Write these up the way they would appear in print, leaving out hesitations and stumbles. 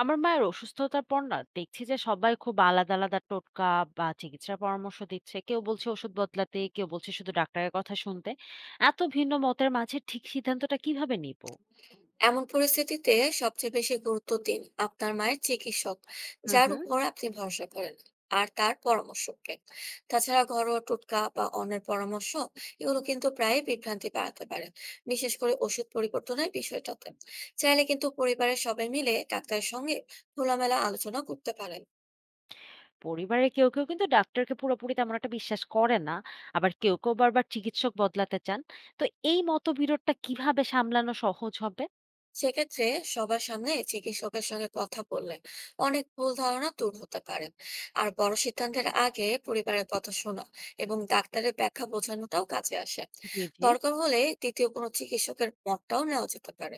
আমার মায়ের অসুস্থতার পর না দেখছি যে সবাই খুব আলাদা আলাদা টোটকা বা চিকিৎসার পরামর্শ দিচ্ছে। কেউ বলছে ওষুধ বদলাতে, কেউ বলছে শুধু ডাক্তারের কথা শুনতে। এত ভিন্ন মতের মাঝে ঠিক সিদ্ধান্তটা কিভাবে নিব? এমন পরিস্থিতিতে সবচেয়ে বেশি গুরুত্ব দিন আপনার মায়ের চিকিৎসক, হুম, যার হুম। উপর আপনি ভরসা করেন, আর তার পরামর্শকে। তাছাড়া ঘরোয়া টোটকা বা অন্যের পরামর্শ, এগুলো কিন্তু প্রায় বিভ্রান্তি বাড়াতে পারে, বিশেষ করে ওষুধ পরিবর্তনের বিষয়টাতে। চাইলে কিন্তু পরিবারের সবাই মিলে ডাক্তারের সঙ্গে খোলামেলা আলোচনা করতে পারেন। পরিবারের কেউ কেউ কিন্তু ডাক্তারকে পুরোপুরি তেমন একটা বিশ্বাস করে না, আবার কেউ কেউ বারবার চিকিৎসক বদলাতে চান। তো এই মতবিরোধটা কিভাবে সামলানো সহজ হবে? সেক্ষেত্রে সবার সামনে চিকিৎসকের সঙ্গে কথা বললে অনেক ভুল ধারণা দূর হতে পারে। আর বড় সিদ্ধান্তের আগে পরিবারের কথা শোনা এবং ডাক্তারের ব্যাখ্যা বোঝানোটাও কাজে আসে। জি, জি। দরকার হলে তৃতীয় কোনো চিকিৎসকের মতটাও নেওয়া যেতে পারে।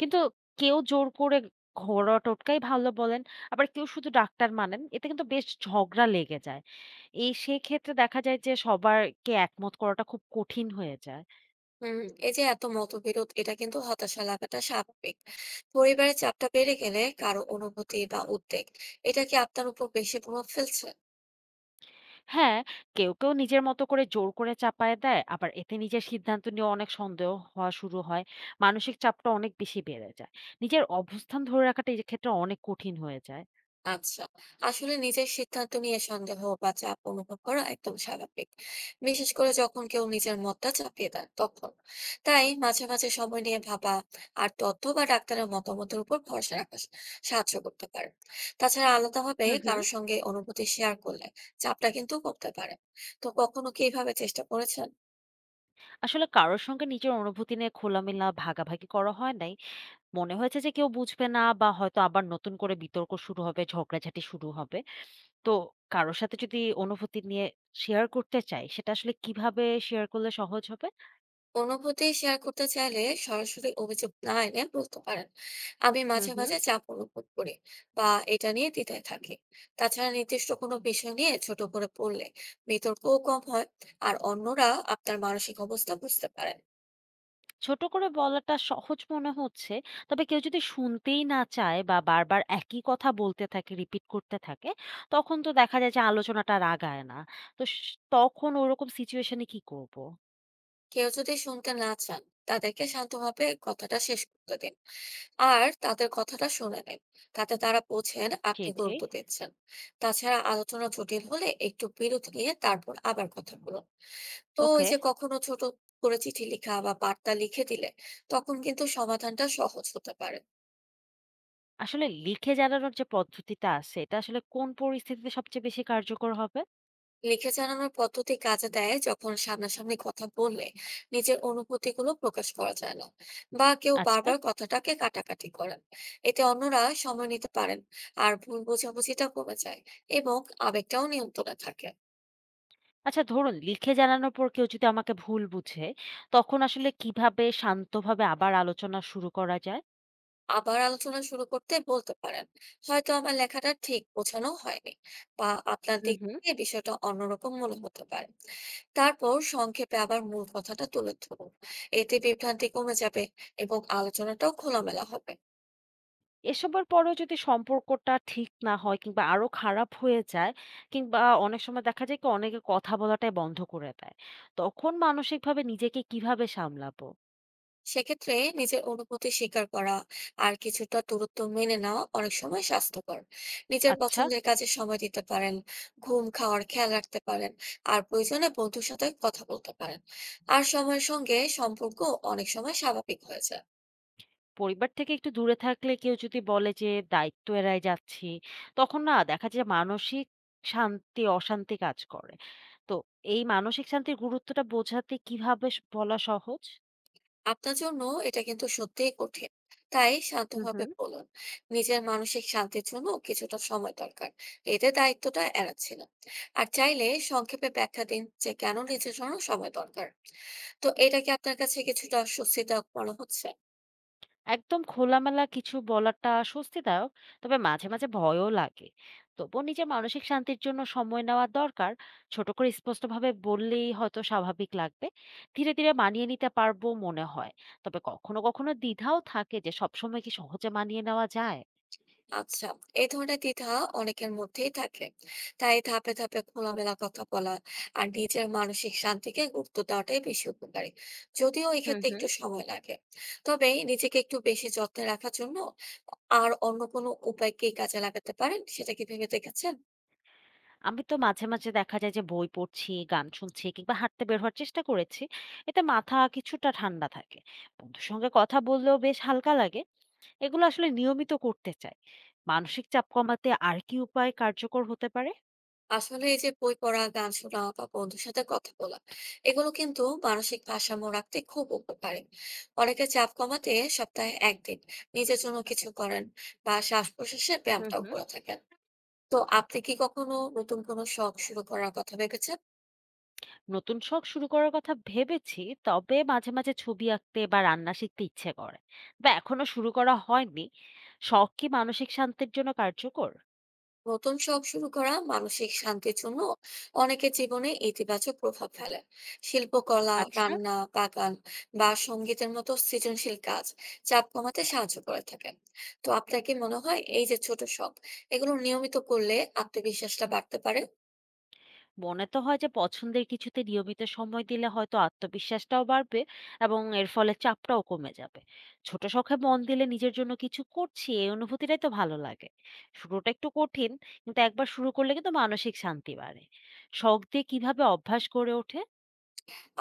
কিন্তু কেউ জোর করে ঘরোয়া টোটকাই ভালো বলেন, আবার কেউ শুধু ডাক্তার মানেন। এতে কিন্তু বেশ ঝগড়া লেগে যায়। এই সেক্ষেত্রে দেখা যায় যে সবারকে একমত করাটা খুব কঠিন হয়ে যায়। হুম এই যে এত মতবিরোধ, এটা কিন্তু হতাশা লাগাটা স্বাভাবিক। পরিবারের চাপটা বেড়ে গেলে কারো অনুভূতি বা উদ্বেগ, এটা কি আপনার উপর বেশি প্রভাব ফেলছে? হ্যাঁ, কেউ, কেউ নিজের মতো করে জোর করে চাপায়ে দেয়, আবার এতে নিজের সিদ্ধান্ত নিয়েও অনেক সন্দেহ হওয়া শুরু হয়। মানসিক চাপটা অনেক বেশি বেড়ে যায়। নিজের অবস্থান ধরে রাখাটা এই ক্ষেত্রে অনেক কঠিন হয়ে যায়। আচ্ছা, আসলে নিজের সিদ্ধান্ত নিয়ে সন্দেহ বা চাপ অনুভব করা একদম স্বাভাবিক, বিশেষ করে যখন কেউ নিজের মতটা চাপিয়ে দেন তখন। তাই মাঝে মাঝে সময় নিয়ে ভাবা, আর তথ্য বা ডাক্তারের মতামতের উপর ভরসা রাখা সাহায্য করতে পারে। তাছাড়া আলাদাভাবে হুম, হুম। কারোর সঙ্গে অনুভূতি শেয়ার করলে চাপটা কিন্তু করতে পারে। তো কখনো কি এভাবে চেষ্টা করেছেন? আসলে কারোর সঙ্গে নিজের অনুভূতি নিয়ে খোলামেলা ভাগাভাগি করা হয় নাই। মনে হয়েছে যে কেউ বুঝবে না বা হয়তো আবার নতুন করে বিতর্ক শুরু হবে, ঝগড়াঝাটি শুরু হবে। তো কারো সাথে যদি অনুভূতি নিয়ে শেয়ার করতে চাই, সেটা আসলে কিভাবে শেয়ার করলে সহজ হবে? অনুভূতি শেয়ার করতে চাইলে সরাসরি অভিযোগ না এনে বলতে পারেন, আমি হুম, মাঝে হুম। মাঝে চাপ অনুভব করি বা এটা নিয়ে দ্বিধায় থাকি। তাছাড়া নির্দিষ্ট কোনো বিষয় নিয়ে ছোট করে পড়লে বিতর্কও কম হয়, আর অন্যরা আপনার মানসিক অবস্থা বুঝতে পারেন। ছোট করে বলাটা সহজ মনে হচ্ছে। তবে কেউ যদি শুনতেই না চায় বা বারবার একই কথা বলতে থাকে, রিপিট করতে থাকে, তখন তো দেখা যায় যে আলোচনাটা আর আগায় না। তো স তখন ওরকম সিচুয়েশন এ কি করব? কেউ যদি শুনতে না চান, তাদেরকে শান্তভাবে কথাটা শেষ করতে দিন, আর তাদের কথাটা শুনে নিন। তাতে তারা বোঝেন জি, আপনি জি। গুরুত্ব দিচ্ছেন। তাছাড়া আলোচনা জটিল হলে একটু বিরতি নিয়ে তারপর আবার কথা বলুন। তো এই ওকে। যে কখনো ছোট করে চিঠি লেখা বা বার্তা লিখে দিলে, তখন কিন্তু সমাধানটা সহজ হতে পারে। আসলে লিখে জানানোর যে পদ্ধতিটা আছে, এটা আসলে কোন পরিস্থিতিতে সবচেয়ে বেশি কার্যকর হবে? লিখে জানানোর পদ্ধতি কাজে দেয় যখন সামনাসামনি কথা বললে নিজের অনুভূতিগুলো প্রকাশ করা যায় না, বা কেউ আচ্ছা। বারবার কথাটাকে কাটাকাটি করেন। এতে অন্যরা সময় নিতে পারেন, আর ভুল বোঝাবুঝিটা কমে যায়, এবং আবেগটাও নিয়ন্ত্রণে থাকে। আচ্ছা ধরুন লিখে জানানোর পর কেউ যদি আমাকে ভুল বুঝে, তখন আসলে কিভাবে শান্তভাবে আবার আলোচনা শুরু করা যায়? আবার আলোচনা শুরু করতে বলতে পারেন, হয়তো আমার লেখাটা ঠিক বোঝানো হয়নি, বা আপনার হুম, দিক হুম। থেকে বিষয়টা অন্যরকম মনে হতে পারে। তারপর সংক্ষেপে আবার মূল কথাটা তুলে ধরুন। এতে বিভ্রান্তি কমে যাবে এবং আলোচনাটাও খোলামেলা হবে। এসবের পরেও যদি সম্পর্কটা ঠিক না হয় কিংবা আরো খারাপ হয়ে যায়, কিংবা অনেক সময় দেখা যায় কি অনেকে কথা বলাটাই বন্ধ করে দেয়। তখন মানসিকভাবে নিজেকে কিভাবে সামলাবো? সেক্ষেত্রে নিজের অনুভূতি স্বীকার করা আর কিছুটা দূরত্ব মেনে নেওয়া অনেক সময় স্বাস্থ্যকর। নিজের আচ্ছা। পছন্দের কাজে সময় দিতে পারেন, ঘুম খাওয়ার খেয়াল রাখতে পারেন, আর প্রয়োজনে বন্ধুর সাথে কথা বলতে পারেন। আর সময়ের সঙ্গে সম্পর্ক অনেক সময় স্বাভাবিক হয়ে যায়। পরিবার থেকে একটু দূরে থাকলে কেউ যদি বলে যে দায়িত্ব এড়ায় যাচ্ছি, তখন না দেখা যায় মানসিক শান্তি, অশান্তি কাজ করে। তো এই মানসিক শান্তির গুরুত্বটা বোঝাতে কিভাবে বলা সহজ? আপনার জন্য এটা কিন্তু সত্যিই কঠিন, তাই হুম, শান্তভাবে হুম। বলুন, নিজের মানসিক শান্তির জন্য কিছুটা সময় দরকার। এতে দায়িত্বটা এড়াচ্ছিল। আর চাইলে সংক্ষেপে ব্যাখ্যা দিন যে কেন নিজের জন্য সময় দরকার। তো এটা কি আপনার কাছে কিছুটা স্বস্তিদায়ক মনে হচ্ছে? একদম খোলামেলা কিছু বলাটা স্বস্তিদায়ক। তবে মাঝে, মাঝে ভয়ও লাগে। তবুও নিজের মানসিক শান্তির জন্য সময় নেওয়া দরকার। ছোট করে স্পষ্টভাবে বললেই হয়তো স্বাভাবিক লাগবে। ধীরে, ধীরে মানিয়ে নিতে পারবো মনে হয়। তবে কখনো, কখনো দ্বিধাও থাকে যে সবসময় কি সহজে মানিয়ে নেওয়া যায়? আচ্ছা, এই ধরনের দ্বিধা অনেকের মধ্যেই থাকে। তাই ধাপে ধাপে খোলামেলা কথা বলা আর নিজের মানসিক শান্তিকে গুরুত্ব দেওয়াটাই বেশি উপকারী, যদিও হুম, এক্ষেত্রে হুম। একটু সময় লাগে। তবে নিজেকে একটু বেশি যত্নে রাখার জন্য আর অন্য কোনো উপায় কি কাজে লাগাতে পারেন, সেটা কি ভেবে দেখেছেন? আমি তো মাঝে, মাঝে দেখা যায় যে বই পড়ছি, গান শুনছি কিংবা হাঁটতে বের হওয়ার চেষ্টা করেছি। এতে মাথা কিছুটা ঠান্ডা থাকে। বন্ধুর সঙ্গে কথা বললেও বেশ হালকা লাগে। এগুলো আসলে নিয়মিত করতে চাই। মানসিক চাপ কমাতে আর কি উপায় কার্যকর হতে পারে? আসলে এই যে বই পড়া, গান শোনা বা বন্ধুর সাথে কথা বলা, এগুলো কিন্তু মানসিক ভারসাম্য রাখতে খুব উপকারী। অনেকে চাপ কমাতে সপ্তাহে একদিন নিজের জন্য কিছু করেন, বা শ্বাস প্রশ্বাসের হুম, ব্যায়ামটাও হুম। করে থাকেন। তো আপনি কি কখনো নতুন কোনো শখ শুরু করার কথা ভেবেছেন? নতুন শখ শুরু করার কথা ভেবেছি, তবে মাঝে মাঝে ছবি আঁকতে বা রান্না শিখতে ইচ্ছে করে, বা এখনো শুরু করা হয়নি। শখ কি মানসিক শান্তির জন্য কার্যকর? নতুন শখ শুরু করা মানসিক শান্তির জন্য অনেকের জীবনে ইতিবাচক প্রভাব ফেলে। শিল্পকলা, আচ্ছা। রান্না, বাগান বা সঙ্গীতের মতো সৃজনশীল কাজ চাপ কমাতে সাহায্য করে থাকে। তো আপনার কি মনে হয় এই যে ছোট শখ, এগুলো নিয়মিত করলে আত্মবিশ্বাসটা বাড়তে পারে? মনে তো হয় যে পছন্দের কিছুতে নিয়মিত সময় দিলে হয়তো আত্মবিশ্বাসটাও বাড়বে, এবং এর ফলে চাপটাও কমে যাবে। ছোট শখে মন দিলে নিজের জন্য কিছু করছি, এই অনুভূতিটাই তো ভালো লাগে। শুরুটা একটু কঠিন, কিন্তু একবার শুরু করলে কিন্তু মানসিক শান্তি বাড়ে। শখ দিয়ে কিভাবে অভ্যাস গড়ে ওঠে?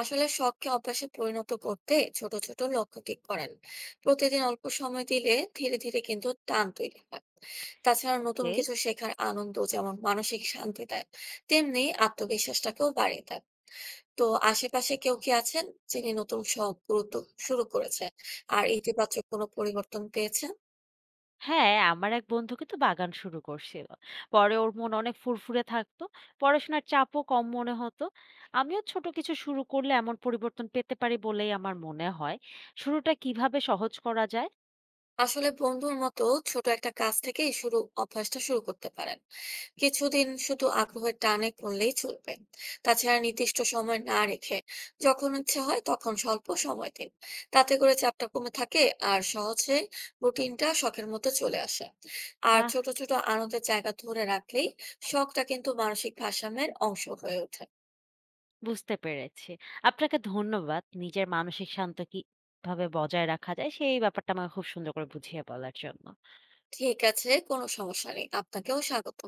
আসলে শখকে অভ্যাসে পরিণত করতে ছোট ছোট লক্ষ্য ঠিক করেন। প্রতিদিন অল্প সময় দিলে ধীরে ধীরে কিন্তু টান তৈরি হয়। তাছাড়া নতুন ওকে। কিছু শেখার আনন্দ যেমন মানসিক শান্তি দেয়, তেমনি আত্মবিশ্বাসটাকেও বাড়িয়ে দেয়। তো আশেপাশে কেউ কি আছেন যিনি নতুন শখ গুরুত্ব শুরু করেছে আর ইতিবাচক কোনো পরিবর্তন পেয়েছেন? হ্যাঁ, আমার এক বন্ধু কিন্তু বাগান শুরু করছিল। পরে ওর মন অনেক ফুরফুরে থাকতো। পড়াশোনার চাপও কম মনে হতো। আমিও ছোট কিছু শুরু করলে এমন পরিবর্তন পেতে পারি বলেই আমার মনে হয়। শুরুটা কিভাবে সহজ করা যায়? আসলে বন্ধুর মতো ছোট একটা কাজ থেকে শুরু অভ্যাসটা শুরু করতে পারেন। কিছুদিন শুধু আগ্রহের টানে করলেই চলবে। তাছাড়া নির্দিষ্ট সময় না রেখে যখন ইচ্ছে হয় তখন স্বল্প সময় দিন। তাতে করে চাপটা কমে থাকে, আর সহজে রুটিনটা শখের মতো চলে আসে। আর বাহ! ছোট ছোট আনন্দের জায়গা ধরে রাখলেই শখটা কিন্তু মানসিক ভারসাম্যের অংশ হয়ে ওঠে। বুঝতে পেরেছি। আপনাকে ধন্যবাদ। নিজের মানসিক শান্ত কিভাবে বজায় রাখা যায় সেই ব্যাপারটা আমাকে খুব সুন্দর করে বুঝিয়ে বলার জন্য। ঠিক আছে, কোনো সমস্যা নেই, আপনাকেও স্বাগত।